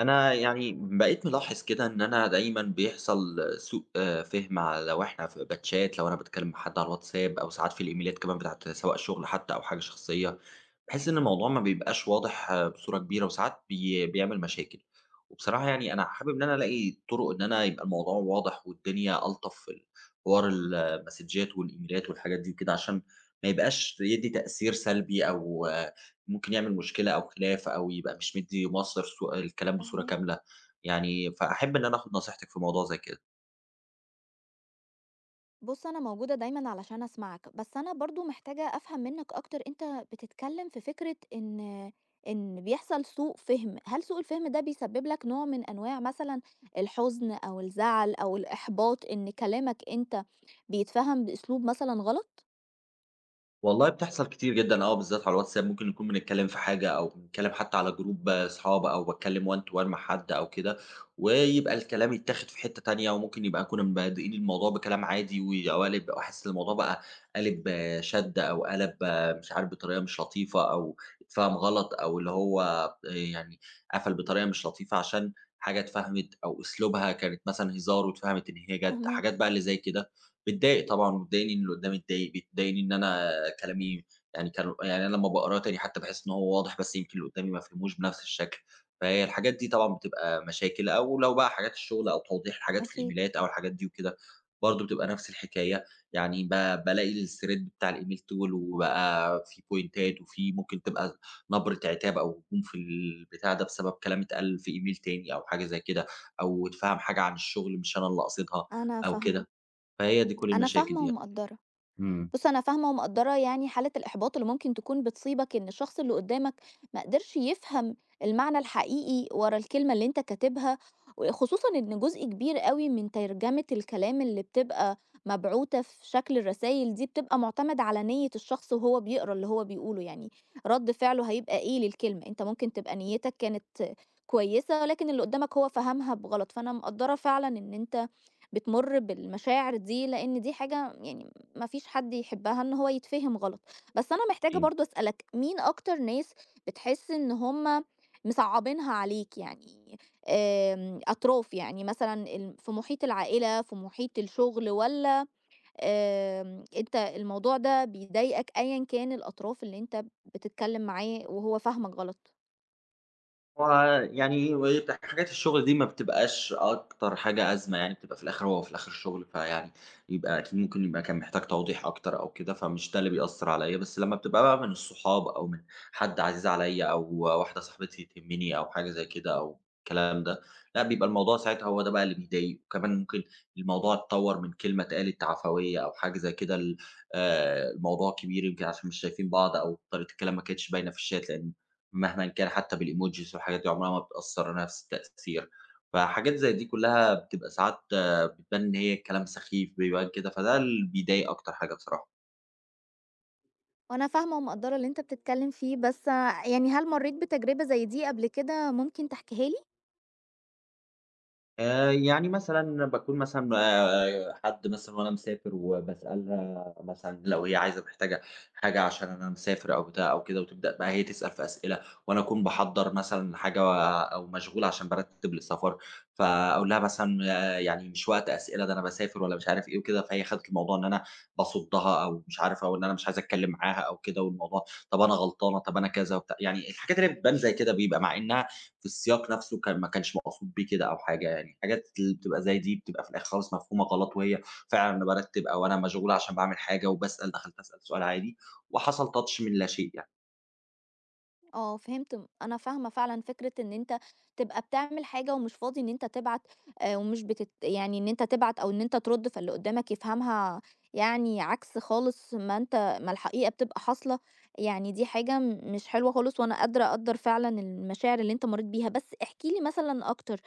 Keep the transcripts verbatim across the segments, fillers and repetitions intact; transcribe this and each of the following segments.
أنا يعني بقيت ملاحظ كده إن أنا دايمًا بيحصل سوء آه، فهم ع لو إحنا في باتشات، لو أنا باتكلم مع حد على الواتساب أو ساعات في الإيميلات كمان بتاعة سواء شغل حتى أو حاجة شخصية، باحس إن الموضوع ما بيبقاش واضح آه، بصورة كبيرة، وساعات بي بيعمل مشاكل. وبصراحة يعني أنا حابب إن أنا ألاقي طرق إن أنا يبقى الموضوع واضح والدنيا ألطف في حوار المسدجات والإيميلات والحاجات دي وكده، عشان ما يبقاش يدّي تأثير سلبي أو ممكن يعمل مشكلة أو خلاف، أو يبقى مش مدّي مصدر صو الكلام بصورة فاهماك. كاملة، يعني فأحب إن أنا آخُد نصيحتِك في موضوع زي كده. بُص، أنا موجودة دايمًا علشان أسمعك، بس أنا برضه محتاجة أفهم منّك أكتر. أنت بتتكلم في فكرة إن إن بيحصل سوء فِهم، هل سوء الفِهم ده بيسبب لك نوع من أنواع مثلًا الحزن أو الزعل أو الإحباط، إن كلامك أنت بيتفهم بأسلوب مثلًا غلط؟ والله بتحصل كتير جدًا آه، بالذات على الواتساب ممكن نكون بنتكلم في حاجة، أو بنتكلم حتى على جروب أصحاب، أو باتكلم one to one مع حد أو كده، ويبقى الكلام يتاخد في حتة تانية. وممكن يبقى كنا بادئين الموضوع بكلام عادي وقالب أحس الموضوع بقى قالب آه، شَد أو قلب، آه، مش عارف، بطريقة مش لطيفة، أو اتفهم غلط، أو اللي هو آآ يعني قفل بطريقة مش لطيفة عشان حاجة اتفهمت، أو أسلوبها كانت مثلًا هزار واتفهمت إن هي جَد. حاجات فاهماك. بقى اللي زي كده. بيتضايق طبعًا، بتضايقني إن اللي قدّامي اتضايق، بتضايقني إن أنا كلامي يعني كان. يعني أنا لمّا باقراه تاني حتى باحس إن هو واضح، بس يمكن اللي قدّامي ما فهموش بنفس الشكل، فهي الحاجات دي طبعًا بتبقى مشاكل. أو لو بقى حاجات الشغل أو توضيح الحاجات في أكيد. الإيميلات أو الحاجات دي وكده، برضه بتبقى نفس الحكاية. يعني ب بالاقي الthread بتاع الإيميل طوِل وبقى فيه بوينتات، وفيه ممكن تبقى نبرة عتاب أو هجوم في البتاع ده بسبب كلام اتقال في إيميل تاني أو حاجة زي كده، أو اتفهم حاجة عن الشغل مش أنا اللي قاصدها أنا أو فاهمة. كده. فهي دي كل أنا المشاكل فاهمة دي يعني. ومقدّرة. إمم. بُص، أنا فاهمة ومقدّرة يعني حالة الإحباط اللي ممكن تكون بتصيبك، إن الشخص اللي قدّامك ما قدرش يفهم المعنى الحقيقي ورا الكلمة اللي أنت كاتبها، وخصوصًا إن جزء كبير أوي من ترجمة الكلام اللي بتبقى مبعوتة في شكل الرسايل دي، بتبقى معتمدة على نية الشخص وهو بيقرا اللي هو بيقوله، يعني رد فعله هيبقى إيه للكلمة. أنت ممكن تبقى نيتك كانت كويسة، ولكن اللي قدّامك هو فهمها بغلط، فأنا مقدّرة فعلًا إن أنت بتمُر بالمشاعر دي، لإن دي حاجة يعني ما فيش حد يحبها، إن هو يتفهم غلط. بس أنا محتاجة برضه أسألك، مين أكتر ناس بتحس إن هم مصعّبينها عليك؟ يعني آمم، أطراف يعني مثلًا ال في محيط العائلة، في محيط الشغل، والّا آمم، أنت الموضوع ده بيضايقك أيًا كان الأطراف اللي أنت بتتكلم معاه وهو فاهمك غلط؟ هو يعني وبت حاجات الشغل دي ما بتبقاش أكتر حاجة أزمة يعني، بتبقى في الآخر، هو في الآخر شغل، فيعني يبقى أكيد ممكن يبقى كان محتاج توضيح أكتر أو كده، فمش ده اللي بيأثّر عليَّ. بس لمّا بتبقى بقى من الصحاب، أو من حد عزيز عليَّ، أو واحدة صاحبتي تهمني، أو حاجة زي كده أو الكلام ده، لأ بيبقى الموضوع ساعتها هو ده بقى اللي بيضايق. وكمان ممكن الموضوع اتطوّر من كلمة اتقالت عفوية أو حاجة زي كده ل آآ الموضوع كبير، يمكن عشان مش شايفين بعض، أو طريقة الكلام ما كانتش باينة في الشات، لإن مهمًا كان حتى بالemojis والحاجات دي عمرها ما بتأثّر نفس التأثير. فحاجات زي دي كلّها بتبقى ساعات آه، بتبان إن هي كلام سخيف، بيبان كده، فده اللي بيضايق أكتر حاجة بصراحة. وأنا فاهمة ومقدّرة اللي أنت بتتكلم فيه، بس يعني هل مرّيت بتجربة زي دي قبل كده ممكن تحكيها لي؟ آآ، يعني مثلًا باكون مثلًا آآ، حد مثلًا وأنا مسافر وباسألها مثلًا لو هي عايزة محتاجة حاجة عشان أنا مسافر أو بتاع أو كده، وتبدأ بقى هي تسأل في أسئلة، وأنا أكون باحضّر مثلًا حاجة أو مشغول عشان بارتّب للسفر، فأقول لها مثلًا آه، يعني مش وقت أسئلة ده، أنا باسافر ولا مش عارف إيه وكده. فهي خدِت الموضوع إن أنا باصُدّها، أو مش عارف، أو إن أنا مش عايز أتكلّم معاها أو كده، والموضوع طَب أنا غلطانة، طَب أنا كذا وبتاع. يعني الحاجات اللي هي بتبان زي كده بيبقى مع إنها في السياق نفسه كان ما كانش مقصود بيه كده أو حاجة يعني، الحاجات اللي بتبقى زي دي بتبقى في الآخر خالص مفهومة غلط، وهي فعلًا أنا بارتّب أو أنا مشغول عشان باعمل حاجة، وباسأل دخلت أسأل سؤال عادي، وحصل touch من لا شيء يعني. آه، فهمت. أنا فاهمة فعلًا فكرة إن أنت تبقى بتعمل حاجة ومش فاضي إن أنت تبعت، آآ، ومش بتت يعني إن أنت تبعت أو إن أنت ترد، فاللي قدامك يفهمها يعني عكس خالص، ما أنت ما الحقيقة بتبقى حاصلة. يعني دي حاجة م- مش حلوة خالص، وأنا قادرة أقدّر فعلًا المشاعر اللي أنت مريت بيها. بس احكِ لي مثلًا أكتر،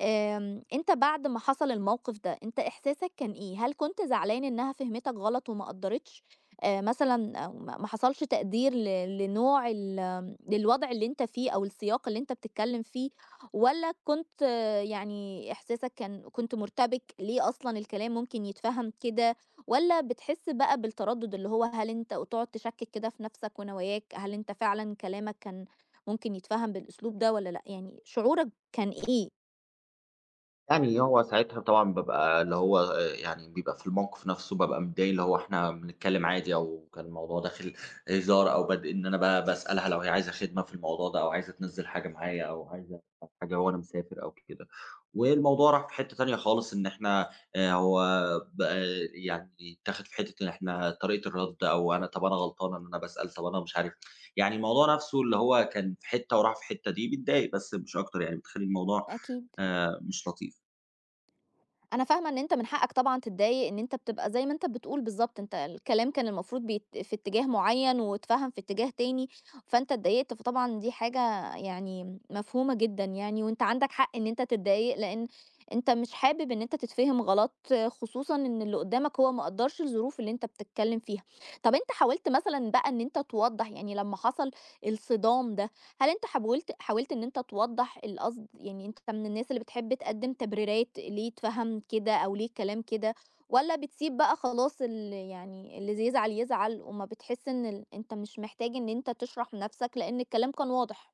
آمم، أنت بعد ما حصل الموقف ده أنت إحساسك كان إيه؟ هل كنت زعلان إنها فهمتك غلط وما قدّرتش، آآ، مثلًا، أو ما ما حصلش تقدير ل لنوع ال آمم، للوضع اللي أنت فيه أو السياق اللي أنت بتتكلم فيه، والّا كنت آه، يعني إحساسك كان كنت مرتبك ليه أصلًا الكلام ممكن يتفهم كده، والّا بتحس بقى بالتردد، اللي هو هل أنت وتقعد تشكِّك كده في نفسك ونواياك، هل أنت فعلًا كلامك كان ممكن يتفهم بالأسلوب ده والّا لأ؟ يعني شعورك كان إيه؟ يعني هو ساعتها طبعًا بابقى اللي هو آآ، يعني بيبقى في الموقف نفسه بابقى متضايق، اللي هو إحنا بنتكلم عادي، أو كان الموضوع داخل هزار، أو بادئ إن أنا ب باسألها لو هي عايزة خدمة في الموضوع ده، أو عايزة تنزّل حاجة معايا، أو عايزة حاجة وأنا مسافر أو كده، والموضوع راح في حتّة تانية خالص إن إحنا آآ، هو بقى يعني اتاخد في حتّة إن إحنا طريقة الرَد، أو أنا طَب أنا غلطانة إن أنا باسأل، طَب أنا مش عارف. يعني الموضوع نفسه اللي هو كان في حتّة وراح في الحتّة دي بتضايق، بس مش أكتر يعني، بتخلّي الموضوع أكيد. آآ، مش لطيف. أنا فاهمة إن أنت من حقك طبعًا تتضايق، إن أنت بتبقى زي ما أنت بتقول بالضبط، أنت الكلام كان المفروض بيت في اتجاه معيّن واتفهم في اتجاه تاني، فأنت اتضايقت، فطبعًا دي حاجة يعني مفهومة جدًا يعني، وأنت عندك حق إن أنت تتضايق، لإن أنت مش حابب إن أنت تتفهم غلط، خصوصًا إن اللي قدّامك هو ما قدّرش الظروف اللي أنت بتتكلم فيها. طب أنت حاولت مثلًا بقى إن أنت توضّح؟ يعني لمّا حصل الصدام ده، هل أنت حاولت حاولت إن أنت توضّح القصد؟ يعني أنت من الناس اللي بتحب تقدّم تبريرات ليه اتفهم كده أو ليه الكلام كده، والّا بتسيب بقى خلاص ال يعني اللي ز يزعل يزعل، وما بتحس إن ال أنت مش محتاج إن أنت تشرح نَفْسك لإن الكلام كان واضح؟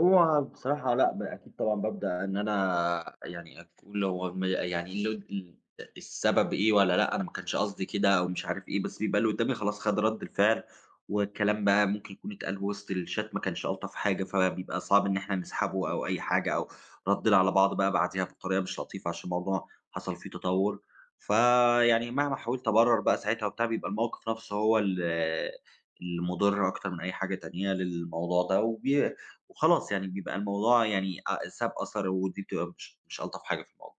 هو بصراحة لأ، ب أكيد طبعًا بابدأ إن أنا يعني أقول، هو م يعني إيه ال ال السبب، إيه والّا لأ، أنا ما كانش قصدي كده أو مش عارف إيه، بس بيبقى اللي قدّامي خلاص خَد رَد الفعل، والكلام بقى ممكن يكون اتقال وسط الchat ما كانش ألطف حاجة، فبيبقى صعب إن إحنا نسحبه أو أي حاجة، أو ردِّنا على بعض بقى بعديها بطريقة مش لطيفة عشان الموضوع حصل فيه تطوُّر. فيعني مهما حاولت أبرر بقى ساعتها وبتاع، بيبقى الموقف نفسه هو ال المُضِر أكتر من أي حاجة تانية للموضوع ده. وبي وخلاص يعني بيبقى الموضوع يعني أ ساب أثر، ودي بتبقى مش مش ألطف حاجة في الموضوع.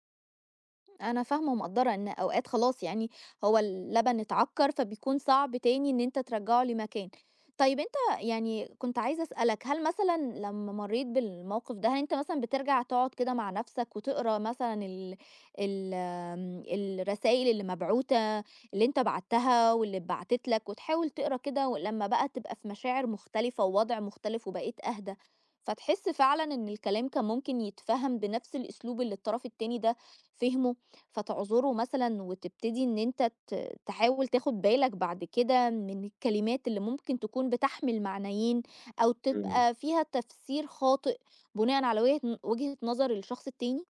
أنا فاهمة ومقدّرة إن أوقات خلاص يعني هو اللبن اتعكّر، فبيكون صعب تاني إن أنت ترجّعه لمكان. طيب أنت يعني كنت عايزة أسألك، هل مثلًا لمّا مرّيت بالموقف ده، هل أنت مثلًا بترجع تقعد كده مع نَفْسك وتقرا مثلًا ال ال آمم، الرسايل اللي مبعوتة، اللي أنت بعتّها واللي اتبعتت لك، وتحاول تقرا كده ولمّا بقى تبقى في مشاعر مختلفة ووضع مختلف وبقيت أهدى، فتحس فعلًا إن الكلام كان ممكن يتفهَم بنَفْس الأسلوب اللي الطرف التاني ده فهمه، فتعذره مثلًا وتبتدي إن أنت ت تحاول تاخد بالك بعد كده من الكلمات اللي ممكن تكون بتحمل معنيين أو إمم. تبقى فيها تفسير خاطئ، بناءً على وجهة وجهة نظر الشخص التاني؟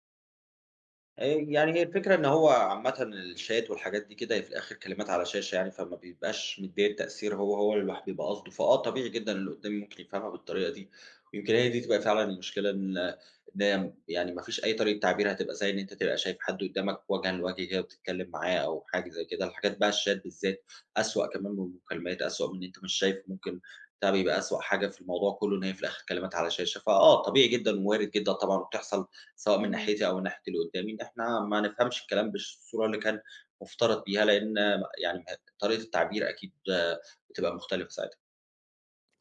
آآ يعني هي الفكرة إن هو عامةً الشات والحاجات دي كده هي في الآخر كلمات على شاشة يعني، فما بيبقاش مدّية التأثير هو، هو اللي الواحد بيبقى قاصده، فآه طبيعي جدًا اللي قدّامي ممكن يفهمها بالطريقة دي. ويمكن هي دي تبقى فعلًا المشكلة، إن إن هي يعني ما فيش أي طريقة تعبير هتبقى زي إن أنت تبقى شايف حد قدّامك وجهًا لوجه كده وبتتكلم معاه أو حاجة زي كده. الحاجات بقى الشات بالذات أسوأ كمان من المكالمات، أسوأ من إن أنت مش شايفه، ممكن ده بيبقى أسوأ حاجة في الموضوع كلّه إن هي في الآخر كلمات على شاشة. فآه طبيعي جدًا ووارد جدًا طبعًا وبتحصل سواء من فاهماك. ناحيتي أو من ناحية اللي قدّامي، إن إحنا ما نفهمش الكلام بالصورة اللي كان مُفترض بيها، لإن يعني م طريقة التعبير أكيد آه، بتبقى مختلفة ساعتها.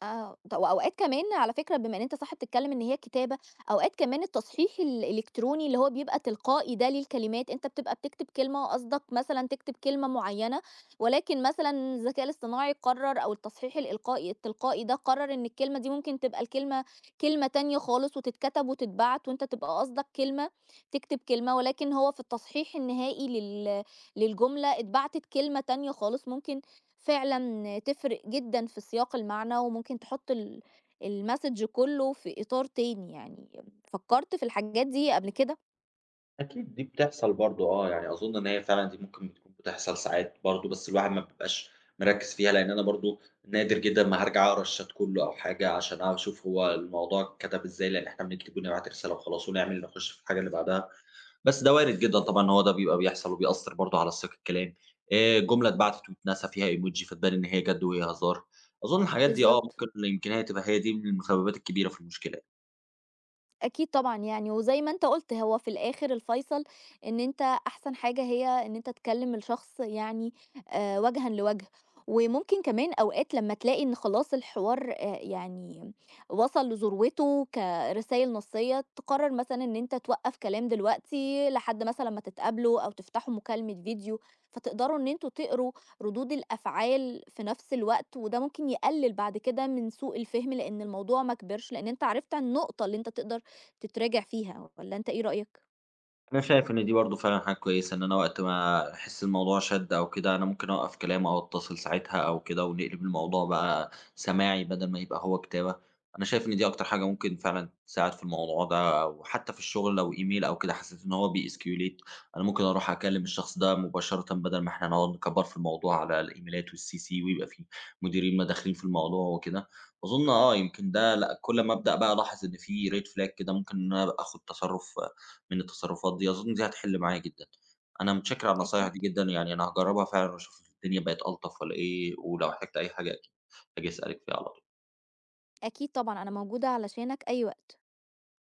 آه، ط وأوقات كمان على فكرة، بما إن أنت صح بتتكلم إن هي كتابة، أوقات كمان التصحيح الإلكتروني اللي هو بيبقى تلقائي ده للكلمات، أنت بتبقى بتكتب كلمة وقصدك مثلًا تكتب كلمة معينة، ولكن مثلًا الذكاء الاصطناعي قرر، أو التصحيح الإلقائي التلقائي ده قرر، إن الكلمة دي ممكن تبقى الكلمة كلمة تانية خالص، وتتكتب وتتبعت، وأنت تبقى قصدك كلمة، تكتب كلمة، ولكن هو في التصحيح النهائي لل للجملة اتبعتت كلمة تانية خالص، ممكن فعلًا تفرق جدًا في سياق المعنى، وممكن تحط ال الmessage كله في إطار تاني يعني. فكرت في الحاجات دي قبل كده؟ أكيد. دي بتحصل برضه آه، يعني أظُن إن هي فعلًا دي ممكن بتكون بتحصل ساعات برضه، بس الواحد ما بيبقاش مركِّز فيها، لإن أنا برضه نادر جدًا ما هارجع أقرا الشات كُلّه أو حاجة عشان أشوف هو الموضوع اتكتب إزاي، لإن إحنا بنكتب ونبعت رسالة وخلاص ونعمل نخُش في الحاجة اللي بعدها. بس ده وارد جدًا طبعًا، هو ده بيبقى بيحصل وبيأثّر برضه على سياق الكلام. آآ جملة اتبعتت واتنسى فيها إيموجي، فتبان إن هي جَد وهي هزار. أظن الحاجات دي آه بالضبط. ممكن يمكن هي تبقى هي دي من المسببات الكبيرة في المشكلة يعني. أكيد طبعًا يعني، وزي ما أنت قُلت هو في الآخر الفيصل، إن أنت أحسن حاجة هي إن أنت تكلّم الشخص، يعني آآ وجهًا لوجه. وممكن كمان أوقات لمّا تلاقي إن خلاص الحوار آآ يعني وصل لذروته كرسايل نصية، تقرّر مثلًا إن أنت توقّف كلام دلوقتي لحد مثلًا أمّا تتقابلوا أو تفتحوا مكالمة فيديو، فتقدروا إن أنتم تقروا ردود الأفعال في نفس الوقت، وده ممكن يقلل بعد كده من سوء الفهم، لإن الموضوع ما كبرش، لإن أنت عرفت النقطة اللي أنت تقدر تتراجع فيها. والّا أنت إيه رأيك؟ أنا شايف إن دي برضه فعلًا حاجة كويسة، إن أنا وقت ما أحس الموضوع شَدّ أو كده، أنا ممكن أوقّف كلام أو أتصل ساعتها أو كده، ونقلب الموضوع بقى سماعي بدل ما يبقى هو كتابة. أنا شايف إن دي أكتر حاجة ممكن فعلًا تساعد في الموضوع ده، وحتى في الشغل لو إيميل أو كده حسيت إن هو بيescalate، أنا ممكن أروح أكلم الشخص ده مباشرةً بدل ما إحنا نقعد نكبّر في الموضوع على الإيميلات والCC، ويبقى في مديرين ما داخلين في الموضوع وكده. أظن آه، يمكن ده لأ، كل ما أبدأ بقى ألاحظ إن في red flag كده، ممكن إن أنا أبقى آخُد تصرُّف من التصرفات دي، أظن دي هتحل معايا جدًا. أنا متشكر على النصايح أكيد. دي جدًا، يعني أنا هاجرّبها فعلًا وأشوف الدنيا بقت ألطف والّا إيه، ولو احتجت أي حاجة أكيد هاجي أسألِك فيها على طول. أكيد طبعًا، أنا موجودة علشانك أي وقت.